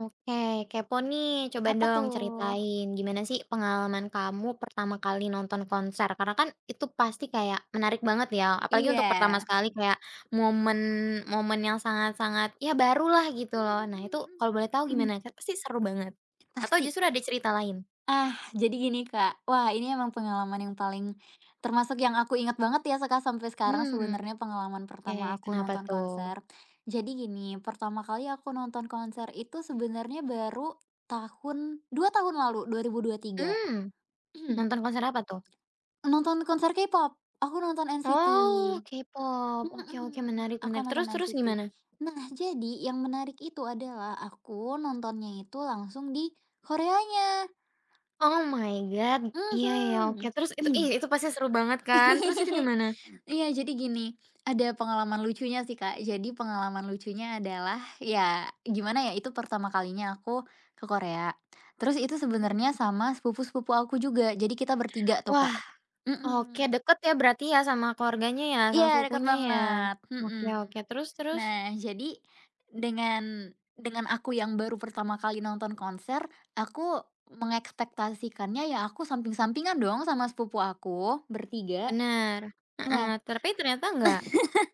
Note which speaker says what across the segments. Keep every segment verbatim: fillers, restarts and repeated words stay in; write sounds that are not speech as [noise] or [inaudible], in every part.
Speaker 1: Oke, kepo nih. Coba
Speaker 2: Apa
Speaker 1: dong
Speaker 2: tuh?
Speaker 1: ceritain gimana sih pengalaman kamu pertama kali nonton konser? Karena kan itu pasti kayak menarik banget ya, apalagi untuk pertama
Speaker 2: Iya.
Speaker 1: sekali kayak momen momen yang sangat-sangat ya barulah gitu
Speaker 2: Mmm,
Speaker 1: loh. Nah,
Speaker 2: mhm
Speaker 1: itu
Speaker 2: mhm.
Speaker 1: kalau boleh tahu
Speaker 2: Mhm,
Speaker 1: gimana? Kan pasti seru banget. Atau
Speaker 2: pasti.
Speaker 1: justru ada cerita lain?
Speaker 2: Ah, jadi gini, Kak, wah ini emang pengalaman yang paling termasuk yang aku ingat banget ya seka sampai sekarang
Speaker 1: Hmm,
Speaker 2: sebenarnya pengalaman
Speaker 1: oke.
Speaker 2: pertama aku
Speaker 1: Kenapa
Speaker 2: nonton
Speaker 1: tuh?
Speaker 2: konser. Jadi gini, pertama kali aku nonton konser itu sebenarnya baru tahun dua tahun lalu, dua dua ribu dua tiga.
Speaker 1: Hmm. Nonton konser apa tuh?
Speaker 2: Nonton konser K-pop, aku nonton N C T.
Speaker 1: Oh,
Speaker 2: Oh.
Speaker 1: K-pop. Oke oke,
Speaker 2: Mhm,
Speaker 1: menarik
Speaker 2: aku
Speaker 1: menarik.
Speaker 2: nonton
Speaker 1: Terus terus
Speaker 2: N C T.
Speaker 1: gimana?
Speaker 2: Nah, jadi yang menarik itu adalah aku nontonnya itu langsung di Koreanya.
Speaker 1: Oh my god, iya ya, oke.
Speaker 2: Mhm.
Speaker 1: Terus itu ih,
Speaker 2: [clears throat]
Speaker 1: itu pasti seru banget kan, terus itu gimana?
Speaker 2: Iya, jadi gini, ada pengalaman lucunya sih, Kak. Jadi pengalaman lucunya adalah, ya gimana ya, itu pertama kalinya aku ke Korea. Terus itu sebenarnya
Speaker 1: Mhm.
Speaker 2: sama sepupu-sepupu aku juga, jadi kita bertiga tuh,
Speaker 1: Wah,
Speaker 2: Kak.
Speaker 1: oke
Speaker 2: Mhm.
Speaker 1: deket ya berarti ya sama keluarganya ya,
Speaker 2: Iya,
Speaker 1: sama
Speaker 2: dekat
Speaker 1: sepupunya ya?
Speaker 2: banget, mhm.
Speaker 1: Oke oke, terus terus?
Speaker 2: Nah, jadi dengan dengan aku yang baru pertama kali nonton konser, aku mengekspektasikannya ya aku samping-sampingan dong sama sepupu aku, bertiga.
Speaker 1: Bener,
Speaker 2: Nah,
Speaker 1: heeh, tapi ternyata enggak?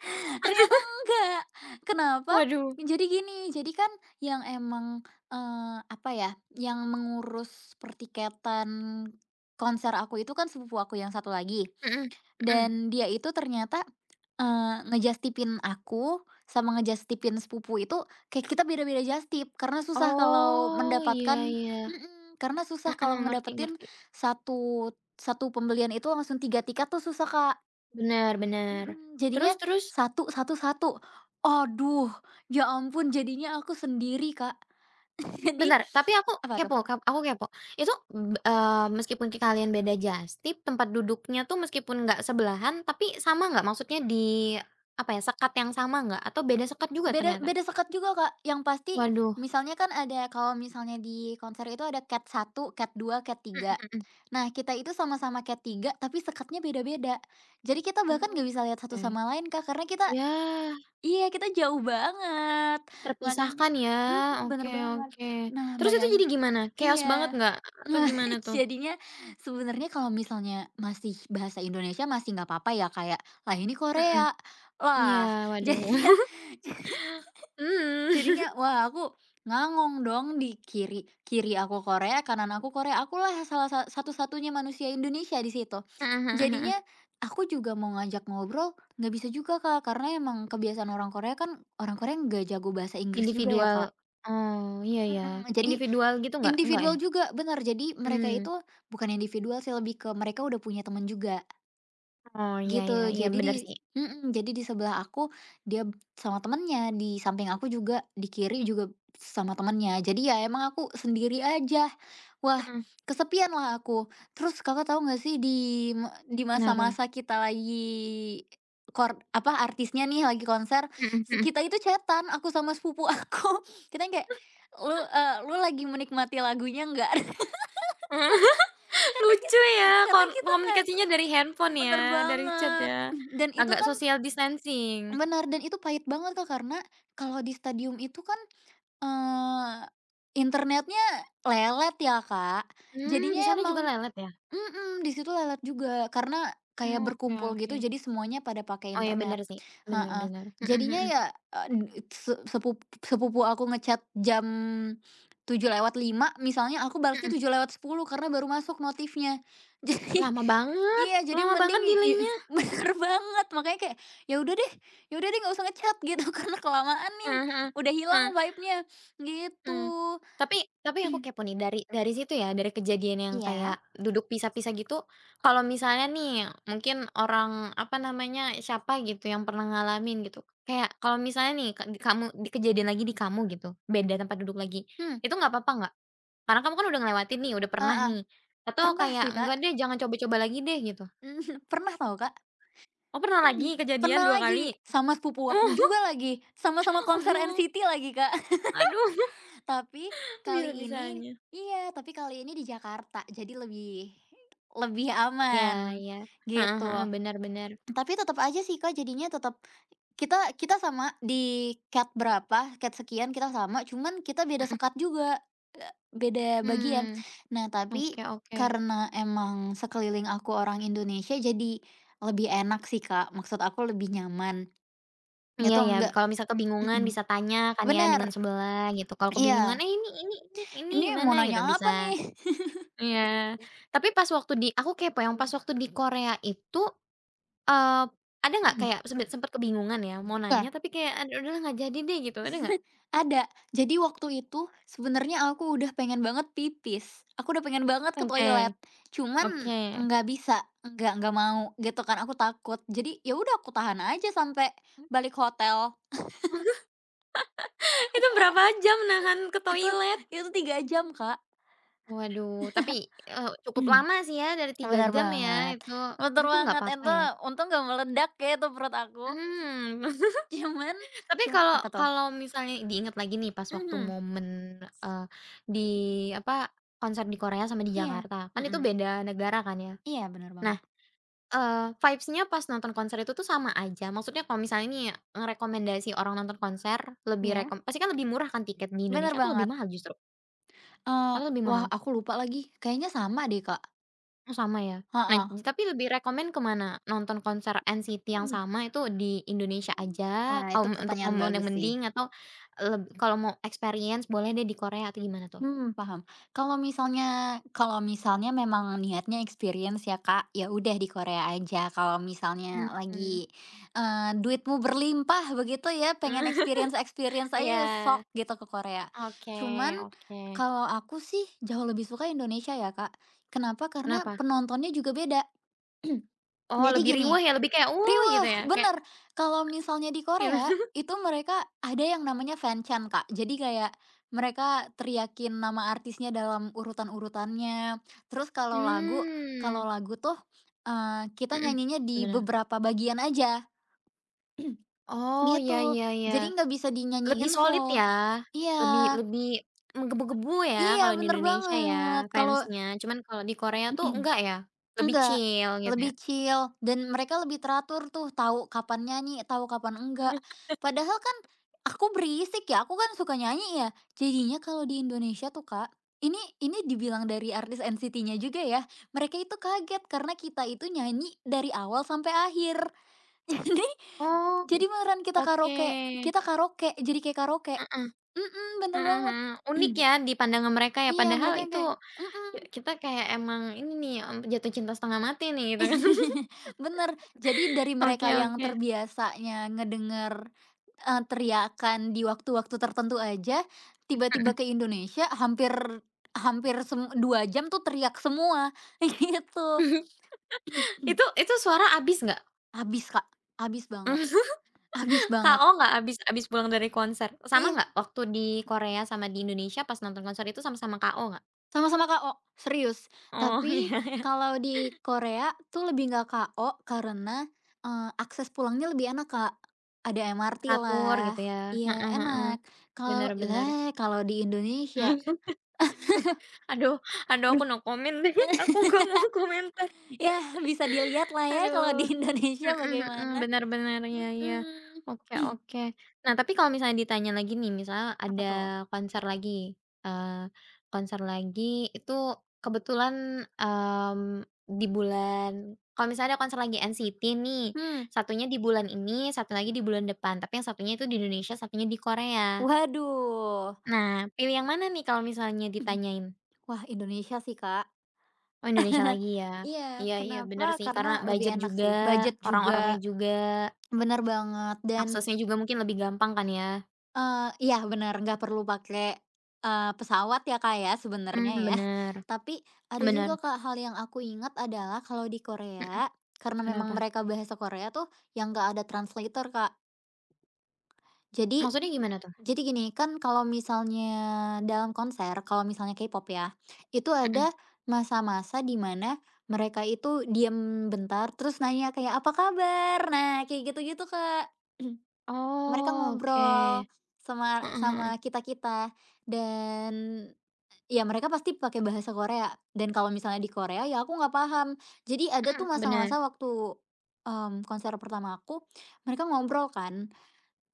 Speaker 2: [laughs] ternyata enggak. Kenapa?
Speaker 1: Waduh,
Speaker 2: Jadi gini, jadi kan yang emang, eee, apa ya, yang mengurus pertiketan konser aku itu kan sepupu aku yang satu lagi,
Speaker 1: mhm mhm.
Speaker 2: dan dia itu ternyata, Eee, nge aku sama ngejustipin sepupu itu kayak kita beda-beda justip karena susah kalau
Speaker 1: Oh, iya
Speaker 2: mendapatkan,
Speaker 1: iya,
Speaker 2: mhm, karena susah
Speaker 1: heeh,
Speaker 2: kalau
Speaker 1: ngerti
Speaker 2: ngedapetin
Speaker 1: ngerti.
Speaker 2: satu satu pembelian itu langsung tiga tiket tuh susah, Kak.
Speaker 1: Bener bener.
Speaker 2: Mhm, jadinya
Speaker 1: Terus terus?
Speaker 2: satu satu satu. Aduh, ya ampun jadinya aku sendiri, Kak. [laughs] Jadi
Speaker 1: Bentar, tapi aku
Speaker 2: apa tuh?
Speaker 1: kepo kap aku kepo. Itu, mmm, eee, meskipun ki kalian beda jas tip, tempat duduknya tuh meskipun nggak sebelahan, tapi sama nggak? Maksudnya di, apa ya, sekat yang sama nggak? Atau beda sekat juga
Speaker 2: Beda
Speaker 1: ternyata?
Speaker 2: beda sekat juga, Kak. Yang pasti
Speaker 1: Waduh,
Speaker 2: misalnya kan ada kalau misalnya di konser itu ada cat satu, cat dua, cat
Speaker 1: mhm
Speaker 2: tiga.
Speaker 1: mhm.
Speaker 2: Nah, kita itu sama-sama cat tiga, tapi sekatnya beda-beda. Jadi kita bahkan
Speaker 1: Oh,
Speaker 2: nggak bisa lihat satu
Speaker 1: oke.
Speaker 2: sama lain, Kak, karena kita,
Speaker 1: Ya,
Speaker 2: iya, kita jauh banget. Makanya
Speaker 1: terpisahkan ya,
Speaker 2: mhm,
Speaker 1: oke
Speaker 2: bener banget.
Speaker 1: oke.
Speaker 2: Nah,
Speaker 1: Terus itu jadi
Speaker 2: bayang
Speaker 1: gimana? Chaos banget
Speaker 2: iya.
Speaker 1: nggak? Atau
Speaker 2: Nah,
Speaker 1: gimana
Speaker 2: [laughs]
Speaker 1: tuh?
Speaker 2: jadinya sebenarnya kalau misalnya masih bahasa Indonesia masih nggak apa-apa ya, kayak, "Lah, ini
Speaker 1: Mhm.
Speaker 2: Korea."
Speaker 1: Iya,
Speaker 2: Lah,
Speaker 1: waduh.
Speaker 2: jadinya
Speaker 1: [laughs]
Speaker 2: [laughs]
Speaker 1: Mmm.
Speaker 2: jadinya wah aku ngangong dong di kiri kiri aku Korea, kanan aku Korea, akulah salah sa satu-satunya manusia Indonesia di situ. Jadinya
Speaker 1: [laughs]
Speaker 2: aku juga mau ngajak ngobrol nggak bisa juga, Kak, karena emang kebiasaan orang Korea kan orang Korea nggak jago bahasa Inggris juga ya, Kak.
Speaker 1: Individual oh, iya ya.
Speaker 2: Mhm, jadi
Speaker 1: Individual gitu nggak? Nggak ya?
Speaker 2: individual juga, benar. Jadi mereka
Speaker 1: Mmm,
Speaker 2: itu bukan individual sih, lebih ke mereka udah punya teman juga.
Speaker 1: oh iya iya
Speaker 2: Gitu,
Speaker 1: iya
Speaker 2: jadi
Speaker 1: bener
Speaker 2: di
Speaker 1: sih.
Speaker 2: mhm, jadi di sebelah aku dia b- sama temennya, di samping aku juga, di kiri juga sama temennya. Jadi ya emang aku sendiri aja. Wah,
Speaker 1: Mhm,
Speaker 2: kesepian lah aku. Terus Kakak tahu nggak sih di me di
Speaker 1: kenapa?
Speaker 2: masa-masa kita lagi kor apa, artisnya nih lagi konser,
Speaker 1: Mhm
Speaker 2: se
Speaker 1: mhm.
Speaker 2: kita itu chat aku sama sepupu aku. [laughs] Kita yang kayak, "Lu, eee, lu lagi menikmati lagunya nggak?" [laughs]
Speaker 1: [laughs]
Speaker 2: Karena kita,
Speaker 1: Lucu ya
Speaker 2: karena
Speaker 1: kon
Speaker 2: kita nggak,
Speaker 1: komunikasinya dari handphone ya,
Speaker 2: bener
Speaker 1: dari chat
Speaker 2: banget.
Speaker 1: ya,
Speaker 2: Dan itu
Speaker 1: agak
Speaker 2: kan,
Speaker 1: social distancing.
Speaker 2: benar, dan itu pahit banget, Kak, karena kalau di stadium itu kan, eee, internetnya lelet ya, Kak.
Speaker 1: Mmm,
Speaker 2: Jadinya
Speaker 1: di sana
Speaker 2: emang
Speaker 1: juga lelet ya?
Speaker 2: Mhm, di situ lelet juga, karena kayak
Speaker 1: Oh, oke
Speaker 2: berkumpul
Speaker 1: oke.
Speaker 2: gitu, jadi semuanya pada pakai
Speaker 1: Oh ya
Speaker 2: internet.
Speaker 1: bener sih,
Speaker 2: Mmm.
Speaker 1: bener
Speaker 2: Heeh.
Speaker 1: bener. Mhm
Speaker 2: Jadinya
Speaker 1: mhm,
Speaker 2: ya, eee, se sepup sepupu aku ngechat jam tujuh lewat lima, misalnya, aku
Speaker 1: mhm.
Speaker 2: balasnya tujuh lewat sepuluh karena baru masuk notifnya. [laughs] Jadi
Speaker 1: Lama banget
Speaker 2: iya, jadi
Speaker 1: lama
Speaker 2: mending
Speaker 1: banget
Speaker 2: i
Speaker 1: delay-nya.
Speaker 2: [laughs] bener banget, makanya kayak, "Ya udah deh, ya udah deh, nggak usah ngechat," gitu, [laughs] "karena kelamaan nih,
Speaker 1: Mhm mhm,
Speaker 2: udah hilang
Speaker 1: mhm.
Speaker 2: vibe-nya,"
Speaker 1: Mmm,
Speaker 2: gitu.
Speaker 1: tapi tapi aku kepo nih dari dari situ ya, dari kejadian yang
Speaker 2: Iya?
Speaker 1: kayak duduk pisah-pisah gitu, kalau misalnya nih mungkin orang, apa namanya, siapa gitu yang pernah ngalamin gitu, kayak kalau misalnya nih ka di kamu di kejadian lagi di kamu gitu, beda tempat duduk lagi,
Speaker 2: Hmm,
Speaker 1: itu nggak apa-apa nggak? Karena kamu kan udah ngelewatin nih, udah pernah
Speaker 2: heeh.
Speaker 1: nih, atau
Speaker 2: Pernah
Speaker 1: kayak,
Speaker 2: sih, Kak.
Speaker 1: "Enggak deh, jangan coba-coba lagi deh," gitu?
Speaker 2: [laughs] Pernah tau, Kak.
Speaker 1: Oh pernah lagi kejadian
Speaker 2: Pernah
Speaker 1: dua
Speaker 2: lagi,
Speaker 1: kali?
Speaker 2: sama sepupu aku juga
Speaker 1: [laughs]
Speaker 2: lagi, sama-sama
Speaker 1: Oh
Speaker 2: konser
Speaker 1: oh,
Speaker 2: N C T lagi, Kak.
Speaker 1: aduh
Speaker 2: [laughs] Tapi
Speaker 1: [laughs]
Speaker 2: kali ini,
Speaker 1: bisa-bisanya.
Speaker 2: iya, tapi kali ini di Jakarta, jadi lebih lebih
Speaker 1: Iya
Speaker 2: aman,
Speaker 1: iya, heeh
Speaker 2: gitu.
Speaker 1: heeh, bener bener,
Speaker 2: Tapi tetap aja sih, Kak, jadinya tetap kita kita sama di cat berapa, cat sekian kita sama, cuman kita beda
Speaker 1: mhm.
Speaker 2: sekat juga, eee, beda bagian.
Speaker 1: Mmm,
Speaker 2: Nah, tapi
Speaker 1: oke oke.
Speaker 2: karena emang sekeliling aku orang Indonesia, jadi lebih enak sih, Kak, maksud aku lebih nyaman,
Speaker 1: Iya
Speaker 2: gitu.
Speaker 1: ya,
Speaker 2: Enggak.
Speaker 1: kalau misal kebingungan
Speaker 2: Mhm,
Speaker 1: bisa tanya kan ya dengan
Speaker 2: bener,
Speaker 1: sebelah gitu, kalau kebingungan,
Speaker 2: iya.
Speaker 1: "Eh, ini ini ini ini
Speaker 2: Ini
Speaker 1: gimana?"
Speaker 2: mau
Speaker 1: Gitu
Speaker 2: nanya
Speaker 1: bisa.
Speaker 2: apa nih?
Speaker 1: Iya, tapi pas waktu di aku kepo yang pas
Speaker 2: [laughs]
Speaker 1: waktu di Korea itu, eee, ada nggak
Speaker 2: Mhm.
Speaker 1: kayak sempet sempet kebingungan ya mau
Speaker 2: Nah,
Speaker 1: nanya tapi kayak, "Aduh udahlah nggak jadi deh," gitu, ada nggak?
Speaker 2: ada. Jadi waktu itu sebenarnya aku udah pengen banget pipis. Aku udah pengen banget ke
Speaker 1: Oke
Speaker 2: toilet, cuman
Speaker 1: oke.
Speaker 2: nggak bisa, nggak nggak mau gitu kan, aku takut. Jadi ya udah aku tahan aja sampai balik hotel.
Speaker 1: [laughs] Itu berapa jam nahan ke
Speaker 2: Itu
Speaker 1: toilet?
Speaker 2: itu tiga jam, Kak.
Speaker 1: Waduh, tapi, eee,
Speaker 2: [clears throat]
Speaker 1: cukup
Speaker 2: Mhm.
Speaker 1: lama sih ya dari tiga
Speaker 2: Bener
Speaker 1: jam ya
Speaker 2: banget,
Speaker 1: itu,
Speaker 2: betul
Speaker 1: itu nggak
Speaker 2: banget.
Speaker 1: apa-apa
Speaker 2: Itu
Speaker 1: ya?
Speaker 2: untung nggak meledak ya itu perut aku.
Speaker 1: Mmm.
Speaker 2: Cuman
Speaker 1: Tapi
Speaker 2: cum
Speaker 1: kalau
Speaker 2: apa tuh?
Speaker 1: kalau misalnya diingat lagi nih pas waktu
Speaker 2: Mhm,
Speaker 1: momen, eee, di apa, konser di Korea sama di
Speaker 2: iya,
Speaker 1: Jakarta, kan itu
Speaker 2: mhm,
Speaker 1: beda negara kan ya.
Speaker 2: iya bener
Speaker 1: Nah,
Speaker 2: banget.
Speaker 1: eee, vibes-nya pas nonton konser itu tuh sama aja? Maksudnya kalau misalnya nih ngerekomendasi orang nonton konser, lebih
Speaker 2: Iya,
Speaker 1: rekom pasti kan lebih murah kan tiket di
Speaker 2: bener
Speaker 1: Indonesia atau lebih
Speaker 2: banget,
Speaker 1: mahal justru?
Speaker 2: eee,
Speaker 1: Atau lebih
Speaker 2: wah
Speaker 1: mahal?
Speaker 2: aku lupa lagi, kayaknya sama deh, Kak,
Speaker 1: Oh sama ya? Nah
Speaker 2: heeh.
Speaker 1: j- tapi lebih rekomen kemana nonton konser N C T yang sama itu di Indonesia aja,
Speaker 2: Wah,
Speaker 1: kalau
Speaker 2: itu
Speaker 1: m- untuk
Speaker 2: pertanyaan
Speaker 1: momen yang
Speaker 2: bagus sih,
Speaker 1: mending atau eh, leb kalau mau experience boleh deh di Korea atau gimana tuh?
Speaker 2: mhm, paham. Kalau misalnya kalau misalnya memang niatnya experience ya, Kak, ya udah di Korea aja, kalau misalnya
Speaker 1: Mhm.
Speaker 2: lagi, eee, duitmu berlimpah begitu ya, pengen
Speaker 1: [laughs]
Speaker 2: experience-experience aja
Speaker 1: Iya.
Speaker 2: ya sok gitu ke Korea.
Speaker 1: Oke
Speaker 2: Cuman
Speaker 1: oke.
Speaker 2: kalau aku sih jauh lebih suka Indonesia ya, Kak. Kenapa? Karena
Speaker 1: Kenapa?
Speaker 2: penontonnya juga beda. [clears throat]
Speaker 1: Oh
Speaker 2: Jadi
Speaker 1: lebih
Speaker 2: gini,
Speaker 1: riweh ya, lebih kayak, uh gitu
Speaker 2: riweuh,
Speaker 1: ya? Kayak
Speaker 2: bener. Kalau misalnya di Korea,
Speaker 1: gimana?
Speaker 2: itu mereka ada yang namanya fanchan, Kak. Jadi kayak mereka teriakin nama artisnya dalam urutan-urutannya. Terus kalau lagu
Speaker 1: Mmm,
Speaker 2: kalau lagu tuh, eee, kita
Speaker 1: mhm,
Speaker 2: nyanyinya
Speaker 1: [laughs]
Speaker 2: di
Speaker 1: gimana?
Speaker 2: beberapa bagian aja, [clears throat]
Speaker 1: Oh, iya
Speaker 2: gitu.
Speaker 1: iya iya.
Speaker 2: Jadi nggak bisa
Speaker 1: Lebih
Speaker 2: dinyanyiin
Speaker 1: solid
Speaker 2: full.
Speaker 1: ya, lebih
Speaker 2: Iya.
Speaker 1: lebih menggebu-gebu ya
Speaker 2: Iya,
Speaker 1: kalau di
Speaker 2: bener
Speaker 1: Indonesia ya
Speaker 2: banget. Kalau
Speaker 1: fansnya, cuman kalau di Korea tuh
Speaker 2: [clears throat]
Speaker 1: enggak ya, lebih
Speaker 2: enggak,
Speaker 1: chill gitu ya?
Speaker 2: lebih chill dan mereka lebih teratur tuh, tahu kapan nyanyi, tahu kapan enggak.
Speaker 1: Mhm.
Speaker 2: Padahal kan aku berisik ya, aku kan suka nyanyi ya. Jadinya kalau di Indonesia tuh, Kak, ini ini dibilang dari artis N C T-nya juga ya, mereka itu kaget karena kita itu nyanyi dari awal sampai akhir. [laughs] Jadi
Speaker 1: Oh,
Speaker 2: jadi beneran kita
Speaker 1: oke.
Speaker 2: karaoke, kita karaoke, jadi kayak karaoke.
Speaker 1: Heeh
Speaker 2: Mhm, bener
Speaker 1: heeh
Speaker 2: banget.
Speaker 1: heeh. Unik
Speaker 2: [clears throat]
Speaker 1: ya di pandangan mereka ya,
Speaker 2: Iya,
Speaker 1: padahal
Speaker 2: mereka yang
Speaker 1: itu
Speaker 2: kayak mhm.
Speaker 1: ki kita kayak emang ini nih, mmm, jatuh cinta setengah mati nih gitu kan. [laughs]
Speaker 2: [laughs] Bener, jadi dari
Speaker 1: Oke
Speaker 2: mereka yang
Speaker 1: oke,
Speaker 2: terbiasanya ngedenger, eee, teriakan di waktu-waktu tertentu aja,
Speaker 1: heeh.
Speaker 2: tiba-tiba ke Indonesia hampir hampir sem dua jam tuh teriak semua, [laughs] gitu. [clears throat]
Speaker 1: [laughs] Itu itu suara habis nggak?
Speaker 2: Habis, Kak, habis banget,
Speaker 1: [laughs]
Speaker 2: habis banget.
Speaker 1: K O nggak habis habis pulang dari konser? Sama
Speaker 2: Iya.
Speaker 1: nggak waktu di Korea sama di Indonesia pas nonton konser itu sama-sama K O nggak?
Speaker 2: Sama-sama K o, serius.
Speaker 1: Oh, [laughs]
Speaker 2: Tapi
Speaker 1: iya iya.
Speaker 2: kalau di Korea tuh lebih nggak K o karena, eee, akses pulangnya lebih enak, Kak. Ada M R T
Speaker 1: Teratur
Speaker 2: lah,
Speaker 1: gitu ya.
Speaker 2: iya,
Speaker 1: Heeh heeh.
Speaker 2: enak. Kalau
Speaker 1: Bener bener.
Speaker 2: lah kalau di
Speaker 1: [laughs]
Speaker 2: Indonesia,
Speaker 1: Mmm. Aduh aduh aku
Speaker 2: aduh,
Speaker 1: no comment deh, [laughs] aku
Speaker 2: [laughs]
Speaker 1: nggak mau komentar.
Speaker 2: ya bisa dilihat lah ya kalau di
Speaker 1: Aduh.
Speaker 2: [laughs] Indonesia
Speaker 1: Mhm mhm,
Speaker 2: bagaimana.
Speaker 1: bener bener, iya iya.
Speaker 2: Mhm.
Speaker 1: Oke
Speaker 2: [clears throat]
Speaker 1: oke. Nah, tapi kalau misalnya ditanya lagi nih, misalnya
Speaker 2: Apa
Speaker 1: ada
Speaker 2: tuh?
Speaker 1: konser lagi, eee, konser lagi itu kebetulan, mmm, di bulan kalau misalnya ada konser lagi N C T nih,
Speaker 2: Hmm,
Speaker 1: satunya di bulan ini, satu lagi di bulan depan, tapi yang satunya itu di Indonesia, satunya di Korea.
Speaker 2: waduh.
Speaker 1: Nah, pilih yang mana nih kalau misalnya
Speaker 2: [clears throat]
Speaker 1: ditanyain?
Speaker 2: Wah, Indonesia sih, Kak.
Speaker 1: Oh Indonesia
Speaker 2: [laughs]
Speaker 1: lagi ya?
Speaker 2: Iya,
Speaker 1: Iya iya bener
Speaker 2: kenapa?
Speaker 1: sih karena
Speaker 2: Karena lebih
Speaker 1: budget
Speaker 2: enak
Speaker 1: juga,
Speaker 2: sih, budget juga.
Speaker 1: orang-orangnya juga,
Speaker 2: Bener banget dan,
Speaker 1: aksesnya juga mungkin lebih gampang kan ya?
Speaker 2: eee, iya bener nggak perlu pakai, eee, pesawat ya, Kak, ya sebenarnya
Speaker 1: Mmm,
Speaker 2: ya.
Speaker 1: bener
Speaker 2: [laughs] Tapi ada
Speaker 1: bener,
Speaker 2: juga, Kak, hal yang aku ingat adalah kalau di
Speaker 1: mhm,
Speaker 2: Korea, karena memang
Speaker 1: kenapa?
Speaker 2: mereka bahasa Korea tuh yang nggak ada translator, Kak. Jadi
Speaker 1: Maksudnya
Speaker 2: mhm.
Speaker 1: gimana tuh?
Speaker 2: Jadi gini kan kalau misalnya dalam konser, kalau misalnya K-pop ya, itu
Speaker 1: Mhm,
Speaker 2: ada masa-masa di mana mereka itu diam bentar terus nanya kayak, "Apa kabar?" Nah, kayak gitu-gitu, Kak. [clears throat] Mereka
Speaker 1: oh oke,
Speaker 2: ngobrol sama
Speaker 1: heeh heeh,
Speaker 2: sama kita-kita dan ya mereka pasti pakai bahasa Korea dan kalau misalnya di Korea ya aku nggak paham. Jadi ada tuh
Speaker 1: mhm, bener,
Speaker 2: masa-masa waktu, mmm, konser pertama aku, mereka ngobrol kan,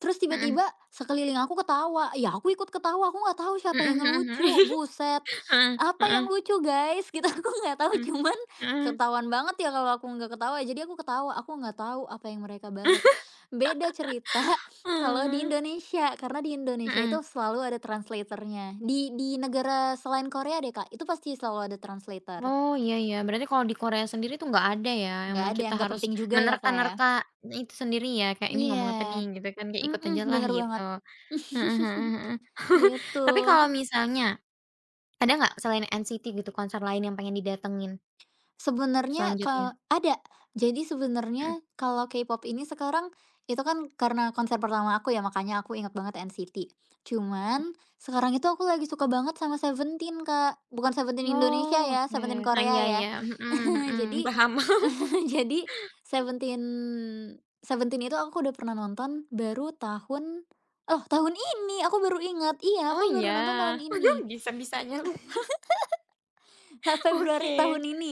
Speaker 2: terus
Speaker 1: mhm,
Speaker 2: tiba-tiba sekeliling aku ketawa, ya aku ikut ketawa, aku nggak tahu siapa
Speaker 1: mhm
Speaker 2: yang
Speaker 1: mhm mhm,
Speaker 2: ngelucu,
Speaker 1: [laughs]
Speaker 2: buset.
Speaker 1: heeh
Speaker 2: Apa
Speaker 1: heeh,
Speaker 2: yang lucu guys? [laughs] Kita aku nggak tahu
Speaker 1: mhm
Speaker 2: cuman
Speaker 1: mhm,
Speaker 2: ketahuan banget ya kalau aku nggak ketawa, jadi aku ketawa, aku nggak tahu apa yang mereka bahas. Beda cerita, [laughs] kalau di
Speaker 1: oh,
Speaker 2: Indonesia, karena di Indonesia
Speaker 1: mhm.
Speaker 2: itu selalu ada translatornya. Di di negara selain Korea deh, Kak, itu pasti selalu ada translator.
Speaker 1: Oh, iya iya, berarti kalau di Korea sendiri tuh nggak ada ya,
Speaker 2: Nggak
Speaker 1: emang
Speaker 2: ada
Speaker 1: kita
Speaker 2: yang nggak
Speaker 1: harus
Speaker 2: penting juga ya Kak ya.
Speaker 1: menerka-nerka itu sendiri ya, kayak, "Ini
Speaker 2: Iya,
Speaker 1: ngomong apa nih?" Gitu kan, kayak ikut
Speaker 2: mhm,
Speaker 1: aja lah
Speaker 2: bener
Speaker 1: gitu.
Speaker 2: banget.
Speaker 1: Heeh heeh heeh.
Speaker 2: [laughs]
Speaker 1: [laughs]
Speaker 2: Gitu.
Speaker 1: Tapi kalau misalnya, ada nggak selain N C T gitu konser lain yang pengen didatengin
Speaker 2: Sebenarnya
Speaker 1: selanjutnya?
Speaker 2: ke ada. Jadi
Speaker 1: Mhm.
Speaker 2: sebenarnya kalau K-pop ini sekarang itu kan karena konser pertama aku ya, makanya aku ingat banget N C T. Cuman sekarang itu aku lagi suka banget sama Seventeen, Kak. Bukan Seventeen Indonesia
Speaker 1: Oh,
Speaker 2: ya,
Speaker 1: oke.
Speaker 2: Seventeen
Speaker 1: Nah,
Speaker 2: Korea
Speaker 1: iya
Speaker 2: ya.
Speaker 1: iya,
Speaker 2: [laughs]
Speaker 1: mhm mhm,
Speaker 2: Jadi
Speaker 1: paham. [laughs]
Speaker 2: [laughs] jadi Seventeen, Seventeen itu aku udah pernah nonton baru tahun. Oh, tahun ini aku baru ingat. Iya,
Speaker 1: Oh,
Speaker 2: aku baru nonton
Speaker 1: iya,
Speaker 2: tahun ini.
Speaker 1: [laughs] bisa-bisanya lupa.
Speaker 2: [laughs]
Speaker 1: Oke.
Speaker 2: Februari tahun ini.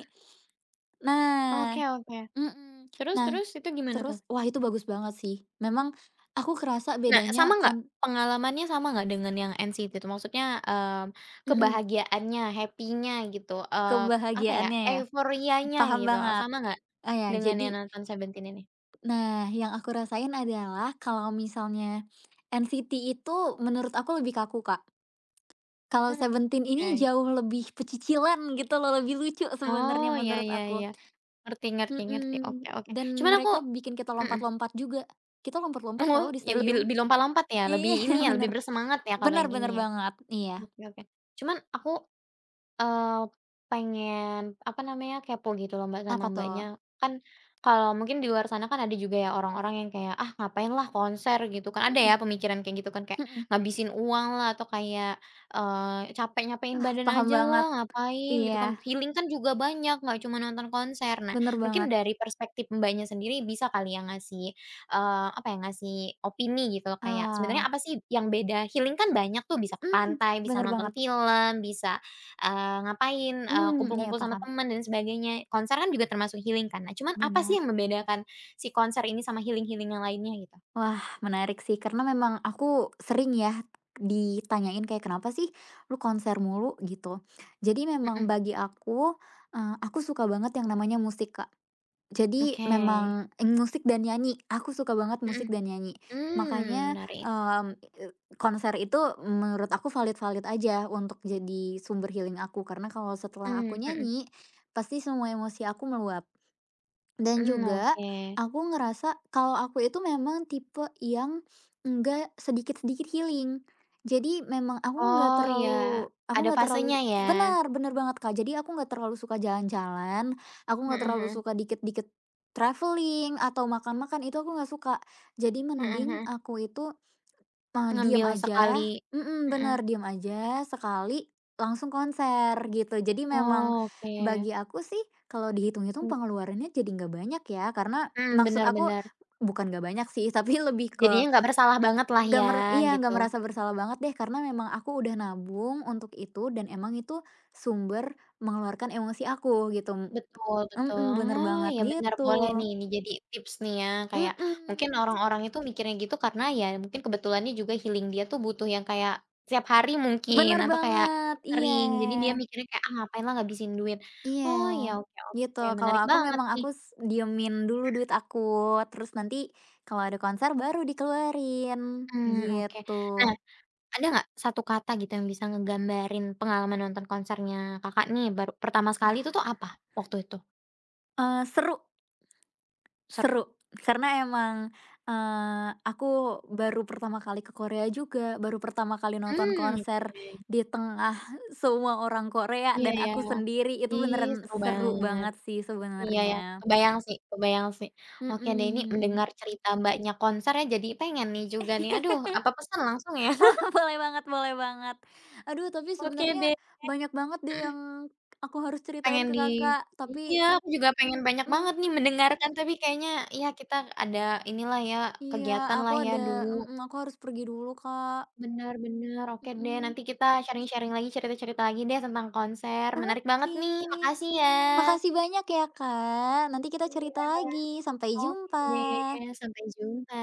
Speaker 2: Nah,
Speaker 1: Oke oke.
Speaker 2: mhm.
Speaker 1: Terus
Speaker 2: Nah,
Speaker 1: terus, itu gimana tuh?
Speaker 2: terus wah itu bagus banget sih. Memang aku kerasa
Speaker 1: Nah, sama
Speaker 2: bedanya
Speaker 1: nggak?
Speaker 2: kon
Speaker 1: Pengalamannya sama nggak dengan yang N C T itu? Maksudnya, mmm,
Speaker 2: mhm,
Speaker 1: kebahagiaannya, happy-nya gitu, eee, apa ya,
Speaker 2: kebahagiaannya ya,
Speaker 1: euforianya
Speaker 2: paham
Speaker 1: gitu,
Speaker 2: banget.
Speaker 1: sama nggak
Speaker 2: Ah, ya
Speaker 1: dengan
Speaker 2: jadi
Speaker 1: yang nonton Seventeen ini?
Speaker 2: nah yang aku rasain adalah kalau misalnya N C T itu menurut aku lebih kaku, Kak. Kalau
Speaker 1: Mmm,
Speaker 2: Seventeen ini
Speaker 1: oke.
Speaker 2: jauh lebih pecicilan gitu loh, lebih lucu sebenarnya
Speaker 1: Oh, ya
Speaker 2: menurut
Speaker 1: ya
Speaker 2: aku.
Speaker 1: ya. Ngerti ngerti ngerti, oke
Speaker 2: Mhm,
Speaker 1: oke.
Speaker 2: dan
Speaker 1: Cuman aku
Speaker 2: mereka bikin kita
Speaker 1: mhm,
Speaker 2: lompat-lompat juga. Kita
Speaker 1: oh,
Speaker 2: lompat-lompat
Speaker 1: [laughs]
Speaker 2: tahu di
Speaker 1: ya lebih
Speaker 2: stadium.
Speaker 1: lebih lompat-lompat ya,
Speaker 2: Iya,
Speaker 1: lebih ini
Speaker 2: [laughs]
Speaker 1: ya, lebih
Speaker 2: bener.
Speaker 1: bersemangat ya kalau yang
Speaker 2: Benar-benar
Speaker 1: ini ya?
Speaker 2: banget, iya.
Speaker 1: Oke oke. Cuman aku eh pengen, apa namanya, kepo gitu loh Mbak, sama
Speaker 2: Apa tuh?
Speaker 1: Mbaknya. Kan kalau mungkin di luar sana kan ada juga ya orang-orang yang kayak, "Ah, ngapain lah konser," gitu kan. Ada
Speaker 2: Mhm,
Speaker 1: ya pemikiran kayak gitu kan, kayak
Speaker 2: [laughs]
Speaker 1: ngabisin uang lah atau kayak, eee, capek-nyapain
Speaker 2: ah,
Speaker 1: badan
Speaker 2: paham
Speaker 1: aja lah,
Speaker 2: banget.
Speaker 1: ngapain gitu
Speaker 2: Iya,
Speaker 1: kan. Healing kan juga banyak, nggak cuma nonton konser. Nah,
Speaker 2: bener
Speaker 1: mungkin
Speaker 2: banget.
Speaker 1: dari perspektif Mbaknya sendiri bisa kali ya ngasih, eee, apa ya, ngasih opini gitu loh kayak, sebenarnya
Speaker 2: Ah,
Speaker 1: apa sih yang beda? Healing kan banyak tuh, bisa ke
Speaker 2: mhm,
Speaker 1: pantai, bisa
Speaker 2: bener
Speaker 1: nonton
Speaker 2: banget.
Speaker 1: film, bisa Eee, ngapain, eee,
Speaker 2: Hmm, iya
Speaker 1: kumpul-kumpul sama
Speaker 2: paham,
Speaker 1: temen dan sebagainya. Konser kan juga termasuk healing kan. Nah, cuman apa sih
Speaker 2: benar.
Speaker 1: yang membedakan si konser ini sama healing-healing yang lainnya gitu?
Speaker 2: Wah, menarik sih karena memang aku sering ya ditanyain kayak, "Kenapa sih lu konser mulu?" Gitu. Jadi memang
Speaker 1: Mhm.
Speaker 2: bagi aku, eee, aku suka banget yang namanya musik, Kak. Jadi
Speaker 1: Oke.
Speaker 2: memang, eee, musik dan nyanyi, aku suka banget musik
Speaker 1: Mhm.
Speaker 2: dan nyanyi.
Speaker 1: Mmm,
Speaker 2: Makanya,
Speaker 1: menarik.
Speaker 2: mmm, eee, konser itu menurut aku valid-valid aja untuk jadi sumber healing aku, karena kalau setelah
Speaker 1: Mmm,
Speaker 2: aku
Speaker 1: mhm.
Speaker 2: nyanyi, pasti semua emosi aku meluap. Dan
Speaker 1: Mmm,
Speaker 2: juga
Speaker 1: oke.
Speaker 2: aku ngerasa kalau aku itu memang tipe yang enggak sedikit-sedikit healing. Jadi memang aku nggak
Speaker 1: Oh, ya.
Speaker 2: terlalu aku
Speaker 1: Ada
Speaker 2: nggak terlalu
Speaker 1: fasenya ya?
Speaker 2: benar, benar banget, Kak. Jadi aku nggak terlalu suka jalan-jalan, aku nggak
Speaker 1: Mhm
Speaker 2: terlalu
Speaker 1: mhm.
Speaker 2: suka dikit-dikit traveling atau makan-makan itu aku nggak suka. Jadi
Speaker 1: Mhm
Speaker 2: mending
Speaker 1: mhm.
Speaker 2: aku itu Eee, diem
Speaker 1: Ngambil
Speaker 2: aja,
Speaker 1: sekali
Speaker 2: mhm,
Speaker 1: mhm.
Speaker 2: bener, diem aja sekali langsung konser gitu. Jadi memang
Speaker 1: Oh, oke.
Speaker 2: bagi aku sih kalau dihitung-hitung
Speaker 1: M
Speaker 2: pengeluarannya jadi nggak banyak ya, karena
Speaker 1: mhm,
Speaker 2: maksud
Speaker 1: bener
Speaker 2: aku
Speaker 1: bener.
Speaker 2: bukan nggak banyak sih, [laughs] tapi lebih
Speaker 1: Jadinya
Speaker 2: ke
Speaker 1: nggak bersalah banget lah
Speaker 2: nggak
Speaker 1: ya,
Speaker 2: mer iya,
Speaker 1: gitu.
Speaker 2: nggak merasa bersalah banget deh karena memang aku udah nabung untuk itu dan emang itu sumber mengeluarkan emosi aku gitu.
Speaker 1: Betul betul.
Speaker 2: Mhm, bener
Speaker 1: Oh,
Speaker 2: banget
Speaker 1: ya benar
Speaker 2: gitu.
Speaker 1: boleh nih, ini jadi tips nih ya, kayak mungkin
Speaker 2: Mhm,
Speaker 1: orang-orang itu mikirnya gitu karena ya mungkin kebetulannya juga healing dia tuh butuh yang kayak setiap hari mungkin
Speaker 2: bener
Speaker 1: atau kayak
Speaker 2: banget,
Speaker 1: cukup
Speaker 2: iya.
Speaker 1: sering. Jadi dia mikirnya kayak, "Ah, ngapain lah ngabisin duit."
Speaker 2: Iya,
Speaker 1: Oh, ya oke
Speaker 2: gitu.
Speaker 1: oke,
Speaker 2: Kalau
Speaker 1: menarik
Speaker 2: aku
Speaker 1: banget
Speaker 2: memang
Speaker 1: nih.
Speaker 2: aku s diemin dulu duit aku, terus nanti kalau ada konser baru dikeluarin,
Speaker 1: Mmm, oke.
Speaker 2: gitu.
Speaker 1: Nah, ada nggak satu kata gitu yang bisa ngegambarin pengalaman nonton konsernya Kakak nih baru pertama sekali itu tuh apa waktu itu?
Speaker 2: Eee, seru, seru,
Speaker 1: Seru.
Speaker 2: karena emang, eee, aku baru pertama kali ke Korea juga, baru pertama kali nonton
Speaker 1: Mmm,
Speaker 2: konser
Speaker 1: oke.
Speaker 2: di tengah semua orang Korea
Speaker 1: Iya
Speaker 2: dan
Speaker 1: ya.
Speaker 2: aku sendiri, itu
Speaker 1: Ih,
Speaker 2: beneran
Speaker 1: seru
Speaker 2: seru
Speaker 1: banget.
Speaker 2: banget sih
Speaker 1: Iya ya,
Speaker 2: sebenarnya.
Speaker 1: kebayang sih kebayang sih. Oke deh ini mendengar
Speaker 2: Mhm.
Speaker 1: cerita Mbaknya konser ya jadi pengen nih juga nih, aduh
Speaker 2: [laughs]
Speaker 1: apa pesan langsung ya? [laughs]
Speaker 2: [laughs] Boleh banget, boleh banget. Aduh, tapi
Speaker 1: Oke
Speaker 2: sebenarnya
Speaker 1: deh,
Speaker 2: banyak banget deh
Speaker 1: mhm,
Speaker 2: yang aku harus ceritain
Speaker 1: pengen
Speaker 2: ke
Speaker 1: di
Speaker 2: Kakak,
Speaker 1: iya
Speaker 2: tapi
Speaker 1: aku juga pengen banyak banget nih
Speaker 2: mhm,
Speaker 1: mendengarkan tapi kayaknya ya kita ada inilah ya,
Speaker 2: iya,
Speaker 1: kegiatan
Speaker 2: aku
Speaker 1: lah ya
Speaker 2: ada
Speaker 1: dulu.
Speaker 2: mhm, aku harus pergi dulu, Kak.
Speaker 1: Benar-benar oke deh
Speaker 2: Mhm.
Speaker 1: nanti kita sharing-sharing lagi cerita-cerita lagi deh tentang konser, menarik banget
Speaker 2: Oke.
Speaker 1: nih makasih ya.
Speaker 2: Makasih banyak ya, Kak. Nanti kita
Speaker 1: Iya.
Speaker 2: cerita
Speaker 1: Iya.
Speaker 2: lagi. Sampai
Speaker 1: Oke
Speaker 2: jumpa.
Speaker 1: deh, sampai jumpa.